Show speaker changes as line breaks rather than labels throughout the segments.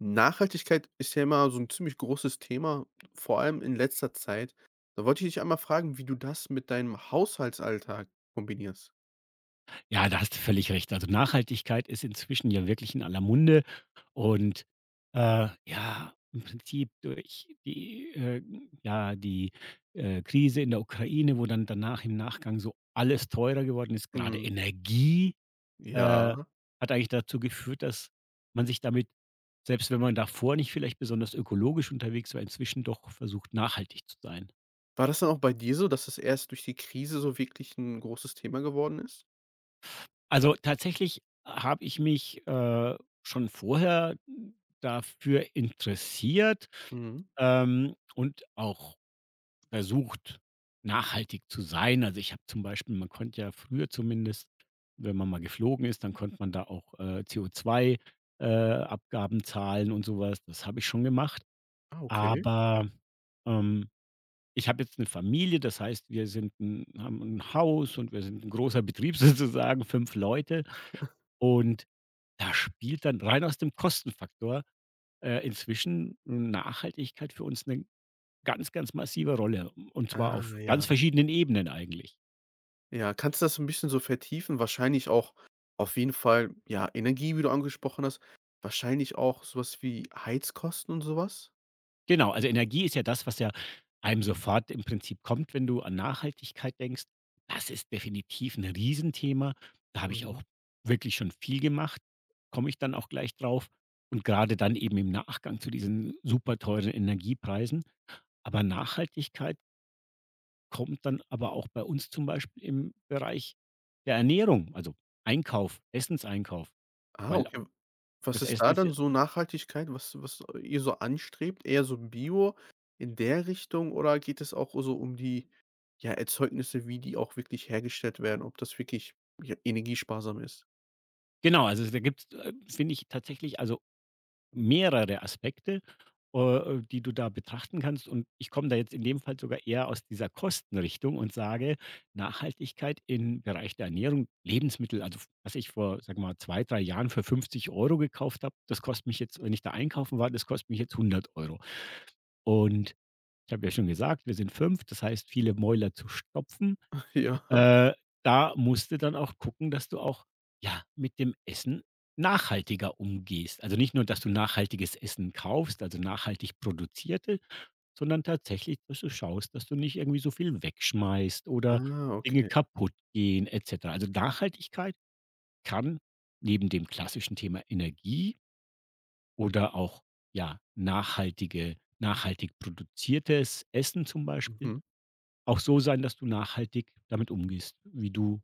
Nachhaltigkeit ist ja immer so ein ziemlich großes Thema, vor allem in letzter Zeit. Da wollte ich dich einmal fragen, wie du das mit deinem Haushaltsalltag kombinierst?
Ja, da hast du völlig recht. Also, Nachhaltigkeit ist inzwischen ja wirklich in aller Munde und, ja, im Prinzip durch die Krise in der Ukraine, wo dann danach im Nachgang so alles teurer geworden ist, gerade
Mhm.
Energie, äh,
Ja.
hat eigentlich dazu geführt, dass man sich damit selbst wenn man davor nicht vielleicht besonders ökologisch unterwegs war, inzwischen doch versucht, nachhaltig zu sein.
War das dann auch bei dir so, dass das erst durch die Krise so wirklich ein großes Thema geworden ist?
Also, tatsächlich habe ich mich, schon vorher dafür interessiert,
Mhm.
und auch versucht, nachhaltig zu sein. Also, ich habe zum Beispiel man konnte ja früher zumindest, wenn man mal geflogen ist, dann konnte man da auch, co zwei Abgaben zahlen und sowas. Das habe ich schon gemacht.
Ah, okay.
Aber, ähm, ich habe jetzt eine Familie, das heißt, wir sind 'n haben ein Haus und wir sind ein großer Betrieb sozusagen, 5 Leute. Und da spielt dann rein aus dem Kostenfaktor, inzwischen Nachhaltigkeit für uns eine ganz, ganz massive Rolle und zwar
Ah,
auf ganz
ja.
verschiedenen Ebenen eigentlich.
Ja, kannst du das so ein bisschen so vertiefen? Wahrscheinlich auch auf jeden Fall, ja, Energie, wie du angesprochen hast, wahrscheinlich auch sowas wie Heizkosten und sowas.
Genau, also Energie ist ja das, was ja einem sofort im Prinzip kommt, wenn du an Nachhaltigkeit denkst. Das ist definitiv ein Riesenthema. Da habe ich
Mhm.
auch wirklich schon viel gemacht, komme ich dann auch gleich drauf und gerade dann eben im Nachgang zu diesen super teuren Energiepreisen. Aber Nachhaltigkeit kommt dann aber auch bei uns zum Beispiel im Bereich der Ernährung, also Einkauf, Essenseinkauf,
Ah,
weil auch
okay. Was
das
ist
Essen
da
ist
dann
ja
so Nachhaltigkeit, was ihr so anstrebt? Eher so Bio in der Richtung oder geht es auch so um die, ja, Erzeugnisse, wie die auch wirklich hergestellt werden, ob das wirklich, ja, energiesparsam ist?
genau, also da gibt's, finde ich tatsächlich, also mehrere Aspekte, die du da betrachten kannst. Und ich komme da jetzt in dem Fall sogar eher aus dieser Kostenrichtung und sage, Nachhaltigkeit im Bereich der Ernährung, Lebensmittel, also was ich vor, sag mal, 2, 3 Jahren für 50 Euro gekauft habe, das kostet mich jetzt, wenn ich da einkaufen war, das kostet mich jetzt 100 Euro. Und Ich habe ja schon gesagt, wir sind 5. Das heißt, viele Mäuler zu stopfen.
Ja.
Äh, da musst du dann auch gucken, dass du auch, ja, mit dem Essen nachhaltiger umgehst. Also, nicht nur, dass du nachhaltiges Essen kaufst, also nachhaltig produzierte, sondern tatsächlich, dass du schaust, dass du nicht irgendwie so viel wegschmeißt oder
Ah,
Dinge
okay.
kaputtgehen et cetera. Also, Nachhaltigkeit kann neben dem klassischen Thema Energie oder auch, ja, nachhaltig produziertes Essen zum Beispiel
Mhm.
auch so sein, dass du nachhaltig damit umgehst, wie du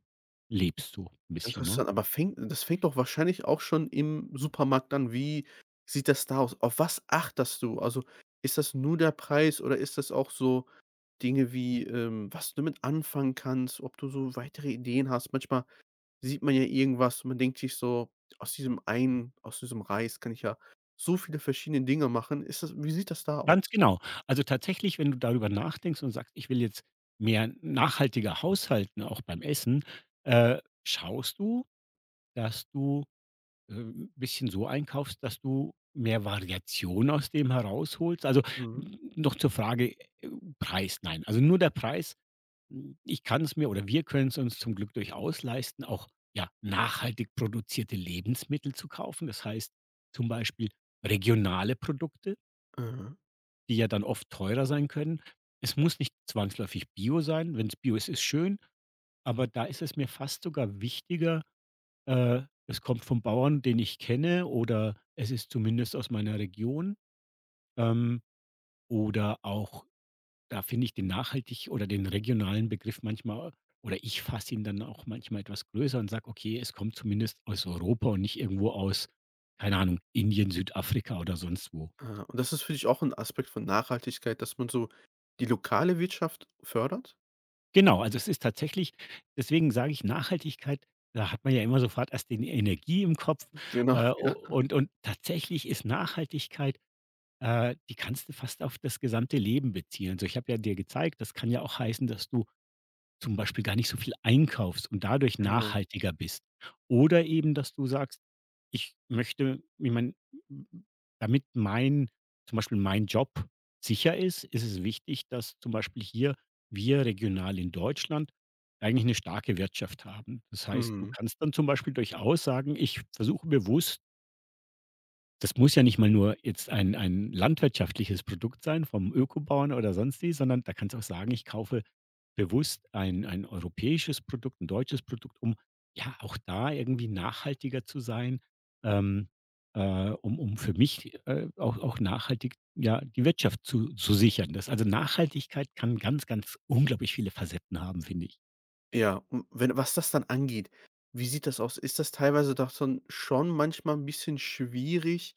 lebst so ein bisschen, ne?
Interessant, aber fängt doch wahrscheinlich auch schon im Supermarkt an. Wie sieht das da aus? Auf was achtest du? Also, ist das nur der Preis oder ist das auch so Dinge wie, was du damit anfangen kannst, ob du so weitere Ideen hast. Manchmal sieht man ja irgendwas und man denkt sich so: „Aus diesem einen aus diesem Reis kann ich ja so viele verschiedene Dinge machen.“ Ist das wie sieht das da
Ganz
aus?
genau. Also, tatsächlich, wenn du darüber nachdenkst und sagst: „Ich will jetzt mehr nachhaltiger haushalten, auch beim Essen“, äh, schaust du, dass du bisschen so einkaufst, dass du mehr Variation aus dem herausholst? Also,
Mhm.
n noch zur Frage, Preis, nein. Also, nur der Preis. Ich kann es mir oder wir können es uns zum Glück durchaus leisten, auch, ja, nachhaltig produzierte Lebensmittel zu kaufen. Das heißt, zum Beispiel regionale Produkte,
Aha,
die ja dann oft teurer sein können. Es muss nicht zwangsläufig Bio sein. Wenn es Bio ist, ist schön, aber da ist es mir fast sogar wichtiger es kommt vom Bauern, den ich kenne, oder es ist zumindest aus meiner Region. Ähm, oder auch da finde ich den nachhaltig oder den regionalen Begriff manchmal oder ich fasse ihn dann auch manchmal etwas größer und sage, okay, es kommt zumindest aus Europa und nicht irgendwo aus, keine Ahnung, Indien, Südafrika oder sonst wo.
aha. Und das ist für dich auch ein Aspekt von Nachhaltigkeit, dass man so die lokale Wirtschaft fördert?
Genau, also es ist tatsächlich, deswegen sage ich Nachhaltigkeit, da hat man ja immer sofort erst die Energie im Kopf.
Genau,
Äh, u-
ja,
und, und tatsächlich ist Nachhaltigkeit die kannst du fast auf das gesamte Leben beziehen. Also, ich habe ja dir gezeigt, das kann ja auch heißen, dass du zum Beispiel gar nicht so viel einkaufst und dadurch
genau.
nachhaltiger bist. Oder eben, dass du sagst: „Ich möchte ich meine, damit mein zum Beispiel mein Job sicher ist, ist es wichtig, dass zum Beispiel hier wir regional in Deutschland eigentlich eine starke Wirtschaft haben.“ Das heißt, du
Mhm.
kannst dann zum Beispiel durchaus sagen: „Ich versuche bewusst“ das muss ja nicht mal nur jetzt ein landwirtschaftliches Produkt sein vom Ökobauern oder sonst sondern da kannst du auch sagen: „Ich kaufe bewusst ein europäisches Produkt, ein deutsches Produkt“, um ja auch da irgendwie nachhaltiger zu sein, ähm, um für mich, auch nachhaltig, ja, die Wirtschaft zu sichern. Das also, Nachhaltigkeit kann ganz, ganz unglaublich viele Facetten haben, finde ich.
Ja, und wenn was das dann angeht, wie sieht das aus? Ist das teilweise doch dann schon manchmal ein bisschen schwierig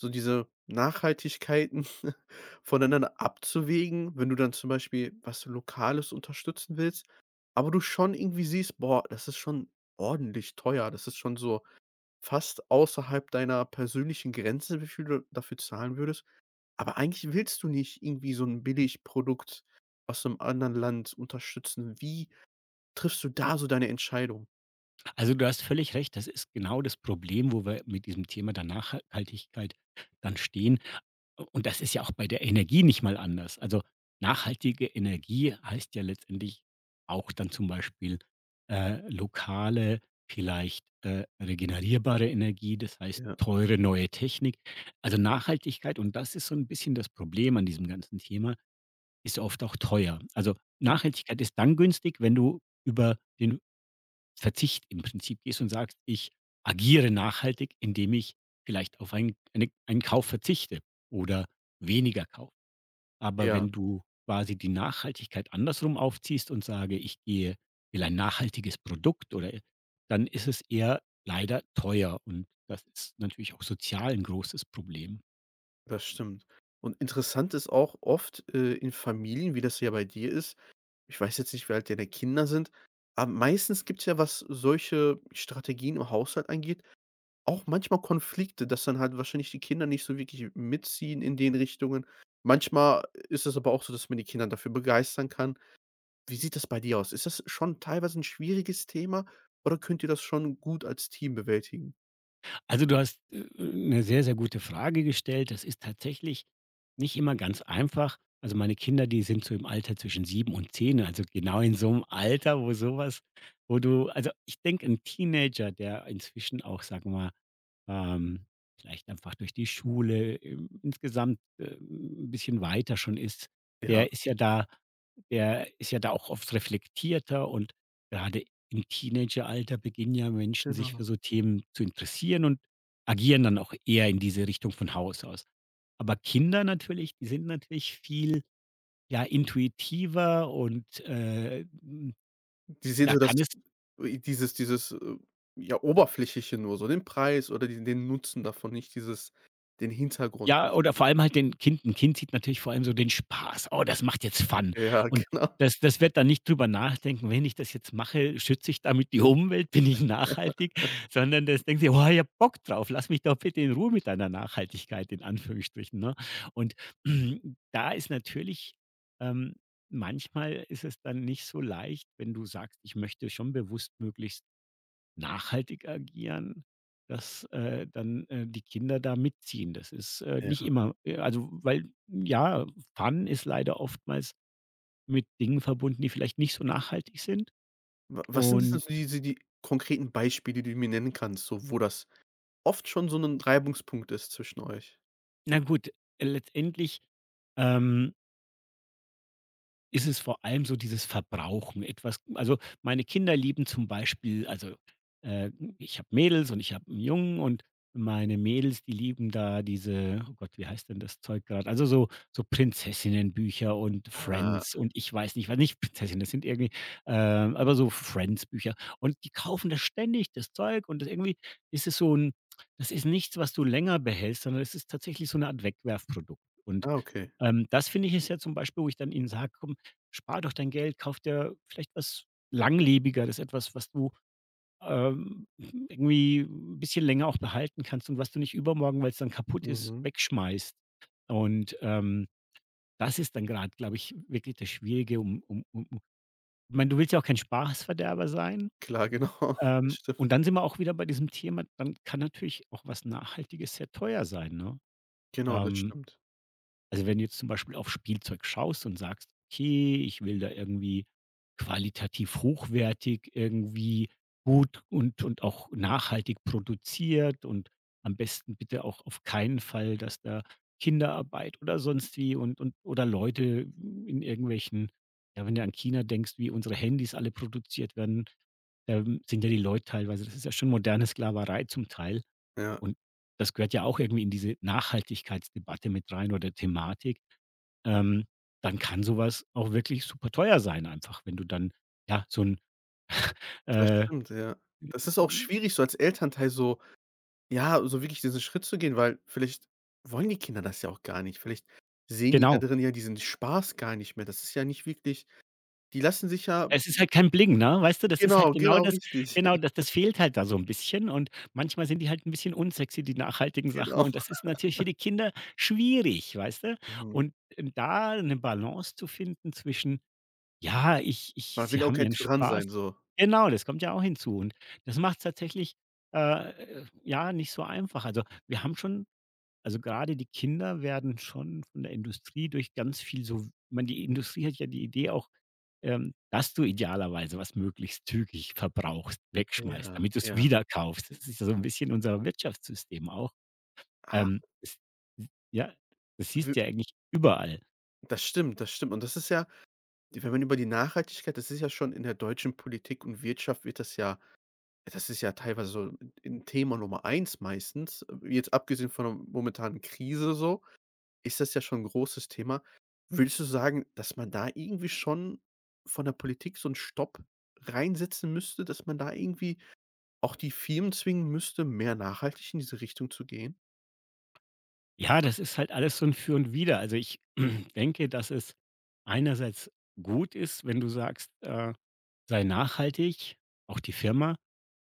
so diese Nachhaltigkeiten voneinander abzuwägen, wenn du dann zum Beispiel was Lokales unterstützen willst, aber du schon irgendwie siehst: „Boah, das ist schon ordentlich teuer.“ Das ist schon so fast außerhalb deiner persönlichen Grenze, wie viel du dafür zahlen würdest. Aber eigentlich willst du nicht irgendwie so 'n Billigprodukt aus einem anderen Land unterstützen. Wie triffst du da so deine Entscheidung?
Also, du hast völlig recht, das ist genau das Problem, wo wir mit diesem Thema der Nachhaltigkeit dann stehen. Und das ist ja auch bei der Energie nicht mal anders. Also, nachhaltige Energie heißt ja letztendlich auch dann zum Beispiel, lokale, vielleicht, regenerierbare Energie, das heißt
Ja,
teure neue Technik. Also, Nachhaltigkeit und das ist so ein bisschen das Problem an diesem ganzen Thema, ist oft auch teuer. Also,
ja,
Nachhaltigkeit ist dann günstig, wenn du über den Verzicht im Prinzip gehst und sagst: „Ich agiere nachhaltig, indem ich vielleicht auf einen Kauf verzichte oder weniger kaufe.“ Aber
ja,
wenn du quasi die Nachhaltigkeit andersrum aufziehst und sage: „Ich gehe will ein nachhaltiges Produkt“ oder e dann ist es eher leider teuer und das ist natürlich auch sozial ein großes Problem.
das stimmt. Und interessant ist auch oft, in Familien, wie das ja bei dir ist. Ich weiß jetzt nicht, wie alt deine Kinder sind, aber meistens gibt es ja, was solche Strategien im Haushalt angeht, auch manchmal Konflikte, dass dann halt wahrscheinlich die Kinder nicht so wirklich mitziehen in den Richtungen. Manchmal ist es aber auch so, dass man die Kinder dafür begeistern kann. Wie sieht das bei dir aus? Ist das schon teilweise ein schwieriges Thema oder könnt ihr das schon gut als Team bewältigen?
Also, du hast, 'ne sehr, sehr gute Frage gestellt. Das ist tatsächlich nicht immer ganz einfach. Also, meine Kinder, die sind so im Alter zwischen 7 und 10, also genau in so einem Alter, wo sowas, wo du also, ich denke, ein Teenager, der inzwischen auch, sagen wir mal, ähm, vielleicht einfach durch die Schule, insgesamt, 'n bisschen weiter schon ist,
Ja,
der ist ja da der ist ja da auch oft reflektierter und gerade im Teenageralter beginnen ja Menschen, sich für
genau.
so Themen zu interessieren und agieren dann auch eher in diese Richtung von Haus aus. Aber Kinder natürlich, die sind natürlich viel, ja, intuitiver und,
Die sehen
da
so das
kann es.
dieses dieses, äh, ja, Oberflächliche nur, so den Preis oder den Nutzen davon, nicht dieses den Hintergrund
Ja, oder vor
wahrscheinlich.
allem halt den Kind 'n Kind sieht natürlich vor allem so den Spaß. „Oh, das macht jetzt Fun.“
Ja,
Und
genau.
das wird dann nicht drüber nachdenken: „Wenn ich das jetzt mache, schütze ich damit die Umwelt? Bin ich
Ja.
nachhaltig?“ Sondern das denkt sich: „Oh, ich hab Bock drauf. Lass mich doch bitte in Ruhe mit deiner Nachhaltigkeit“, in Anführungsstrichen, ne? Und da ist natürlich ähm, manchmal ist es dann nicht so leicht, wenn du sagst: „Ich möchte schon bewusst möglichst“ nachhaltig agieren, dass, dann, die Kinder da mitziehen. Das ist, nicht
Ja.
immer also, weil, ja, Fun ist leider oftmals mit Dingen verbunden, die vielleicht nicht so nachhaltig sind.
Wa was sind das denn
Und
so die konkreten Beispiele, die du mir nennen kannst, so wo das oft schon so 'nen Reibungspunkt ist zwischen euch?
na gut, letztendlich, ähm ist es vor allem so dieses Verbrauchen. Etwas also, meine Kinder lieben zum Beispiel also, äh, ich habe Mädels und ich habe 'n Jungen und meine Mädels, die lieben da diese oh Gott, wie heißt denn das Zeug gerade? Also, so Prinzessinnenbücher und
Ah,
Friends und ich weiß nicht was nicht Prinzessinnen, das sind irgendwie, aber so Friends-Bücher. Und die kaufen das ständig das Zeug und das irgendwie ist es so ein, das ist nichts, was du länger behältst, sondern es ist tatsächlich so eine Art Wegwerfprodukt. Und,
ah, okay.
das finde ich ist ja zum Beispiel, wo ich dann ihnen sage: Spar doch dein Geld, kauf dir vielleicht was Langlebigeres, etwas, was du, irgendwie ein bisschen länger auch behalten kannst und was du nicht übermorgen, weil es dann kaputt ist,
Mhm.
wegschmeißt. Und, das ist dann gerade, glaube ich, wirklich das Schwierige, um um um um ich meine, du willst ja auch kein Spaßverderber sein.
Klar, genau. Das stimmt.
Und dann sind wir auch wieder bei diesem Thema, dann kann natürlich auch was Nachhaltiges sehr teuer sein, ne?
Genau, das
Ähm
stimmt.
Also, wenn du jetzt zum Beispiel auf Spielzeug schaust und sagst: „Okay, ich will da irgendwie qualitativ hochwertig, irgendwie gut und auch nachhaltig produziert und am besten bitte auch auf keinen Fall, dass da Kinderarbeit oder sonst wie und oder Leute in irgendwelchen“ ja, wenn du an China denkst, wie unsere Handys alle produziert werden, da sind ja die Leute teilweise das ist ja schon moderne Sklaverei zum Teil
Ja,
und das gehört ja auch irgendwie in diese Nachhaltigkeitsdebatte mit rein oder Thematik. Ähm, dann kann sowas auch wirklich super teuer sein einfach, wenn du dann, ja, so ein
das
äh,
stimmt, ja. Das ist auch
hm,
schwierig, so als Elternteil so, ja, so wirklich diesen Schritt zu gehen, weil vielleicht wollen die Kinder das ja auch gar nicht. Vielleicht sehen die da
genau.
drin ja diesen Spaß gar nicht mehr. Das ist ja nicht wirklich. Die lassen sich ja.
Es ist halt kein Bling, ne? Weißt du, das ist halt
Genau,
genau
genau,
das.
richtig.
Genau, das fehlt halt da so ein bisschen und manchmal sind die halt ein bisschen unsexy, die nachhaltigen Sachen
Genau.
und das ist natürlich für die Kinder schwierig, weißt du?
Mhm.
Und, da eine Balance zu finden zwischen. Ja, ich ich
Man
sie
will auch
haben
kein
ihren
Tyrann
Spaß.
sein, so.
Genau, das kommt ja auch hinzu und das macht's tatsächlich, ja, nicht so einfach. Also, wir haben schon also, grade die Kinder werden schon von der Industrie durch ganz viel so ich meine, die Industrie hat ja die Idee auch, dass du idealerweise was möglichst zügig verbrauchst, wegschmeißt,
Ja,
damit du's
ja.
wieder kaufst. Das ist ja so 'n bisschen unser Wirtschaftssystem auch.
Ah,
Das ja, das
w
siehst du ja eigentlich überall.
das stimmt, das stimmt. Und das ist ja, wenn man über die Nachhaltigkeit, das ist ja schon, in der deutschen Politik und Wirtschaft wird das ja, das ist ja teilweise so 'n Thema Nummer eins meistens. Jetzt abgesehen von der momentanen Krise so, ist das ja schon 'n großes Thema. Würdest du sagen, dass man da irgendwie schon von der Politik so 'n Stopp reinsetzen müsste, dass man da irgendwie auch die Firmen zwingen müsste, mehr nachhaltig in diese Richtung zu gehen?
Ja, das ist halt alles so ein Für und Wider. Also, ich denke, dass es einerseits gut ist, wenn du sagst, sei nachhaltig, auch die Firma,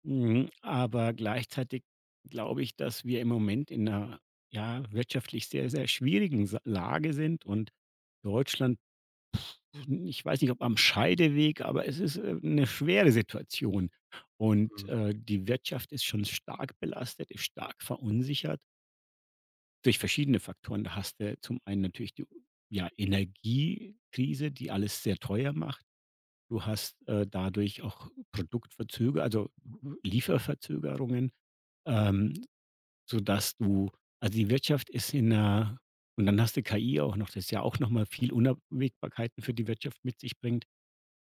mhm, aber gleichzeitig glaube ich, dass wir im Moment in einer ja, wirtschaftlich sehr, sehr schwierigen Sa Lage sind und Deutschland, ich weiß nicht, ob am Scheideweg, aber es ist, 'ne schwere Situation und, die Wirtschaft ist schon stark belastet, ist stark verunsichert. Durch verschiedene Faktoren. Da hast du zum einen natürlich die, ja, Energiekrise, die alles sehr teuer macht. Du hast, dadurch auch Produktverzöger also, Lieferverzögerungen, ähm, sodass du also, die Wirtschaft ist in 'ner und dann hast du KI auch noch, das ja auch noch mal viel Unwägbarkeiten für die Wirtschaft mit sich bringt.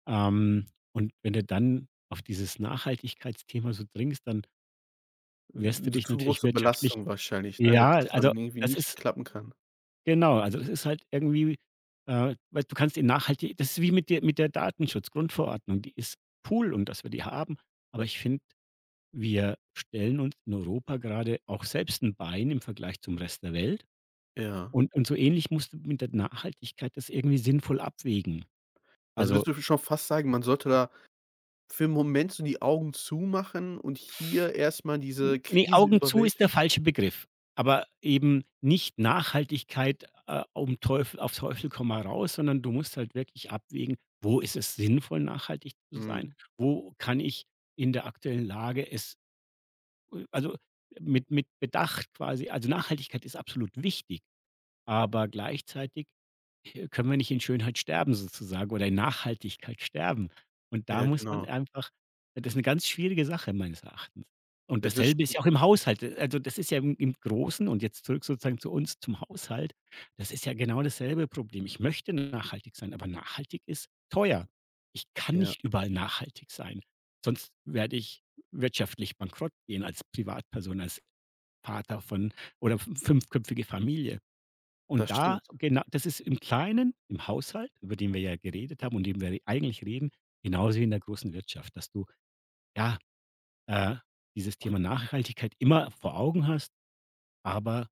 Ähm, und wenn du dann auf dieses Nachhaltigkeitsthema so dringst, dann wirst du
Hm,
dich
zu
natürlich
große
wirtschaftlich
Belastung wahrscheinlich, ne,
ja,
dass das
also,
dann irgendwie
das
nicht
ist
klappen kann.
genau, also das ist halt irgendwie weil du kannst ihn nachhaltig das ist wie mit der Datenschutzgrundverordnung, die ist cool und dass wir die haben, aber ich finde, wir stellen uns in Europa gerade auch selbst ein Bein im Vergleich zum Rest der Welt
Ja.
und so ähnlich musst du mit der Nachhaltigkeit das irgendwie sinnvoll abwägen.
Also, würdest
Also
du schon fast sagen, man sollte da für 'n Moment so die Augen zumachen und hier erst mal
N
diese
ne,
Krise
Augen zu ist der
überwältigen?
falsche Begriff, aber eben nicht Nachhaltigkeit, um Teufel komm mal raus, sondern du musst halt wirklich abwägen, wo ist es sinnvoll, nachhaltig zu sein?
Mhm.
Wo kann ich in der aktuellen Lage es also, mit Bedacht quasi also, Nachhaltigkeit ist absolut wichtig, aber gleichzeitig können wir nicht in Schönheit sterben sozusagen oder in Nachhaltigkeit sterben? Und da
Ja,
muss man
genau.
einfach das ist eine ganz schwierige Sache meines Erachtens. Und
Ja, das
dasselbe ist
stimmt.
ja auch im Haushalt. Also, das ist ja im Großen und jetzt zurück sozusagen zu uns, zum Haushalt, das ist ja genau dasselbe Problem. Ich möchte nachhaltig sein, aber nachhaltig ist teuer. Ich kann
Ja,
nicht überall nachhaltig sein, sonst werde ich wirtschaftlich bankrott gehen als Privatperson, als Vater von oder f fünfköpfige Familie. Und
das
da
stimmt.
genau das ist im Kleinen, im Haushalt, über den wir ja geredet haben und den wir eigentlich reden, genauso wie in der großen Wirtschaft, dass du, ja, äh, dieses Thema Nachhaltigkeit immer vor Augen hast, aber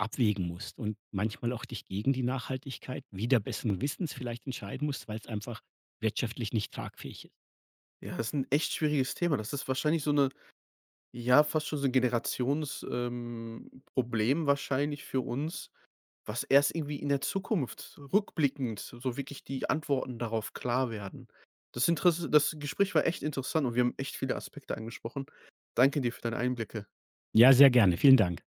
abwägen musst und manchmal auch dich gegen die Nachhaltigkeit wieder besseren Wissens vielleicht entscheiden musst, weil es einfach wirtschaftlich nicht tragfähig ist.
Ja, das ist 'n echt schwieriges Thema. Das ist wahrscheinlich so 'ne, ja, fast schon so 'n Generations Problem wahrscheinlich für uns. Was erst irgendwie in der Zukunft rückblickend so wirklich die Antworten darauf klar werden. Das Gespräch war echt interessant und wir haben echt viele Aspekte angesprochen. Danke dir für deine Einblicke.
Ja, sehr gerne. Vielen Dank.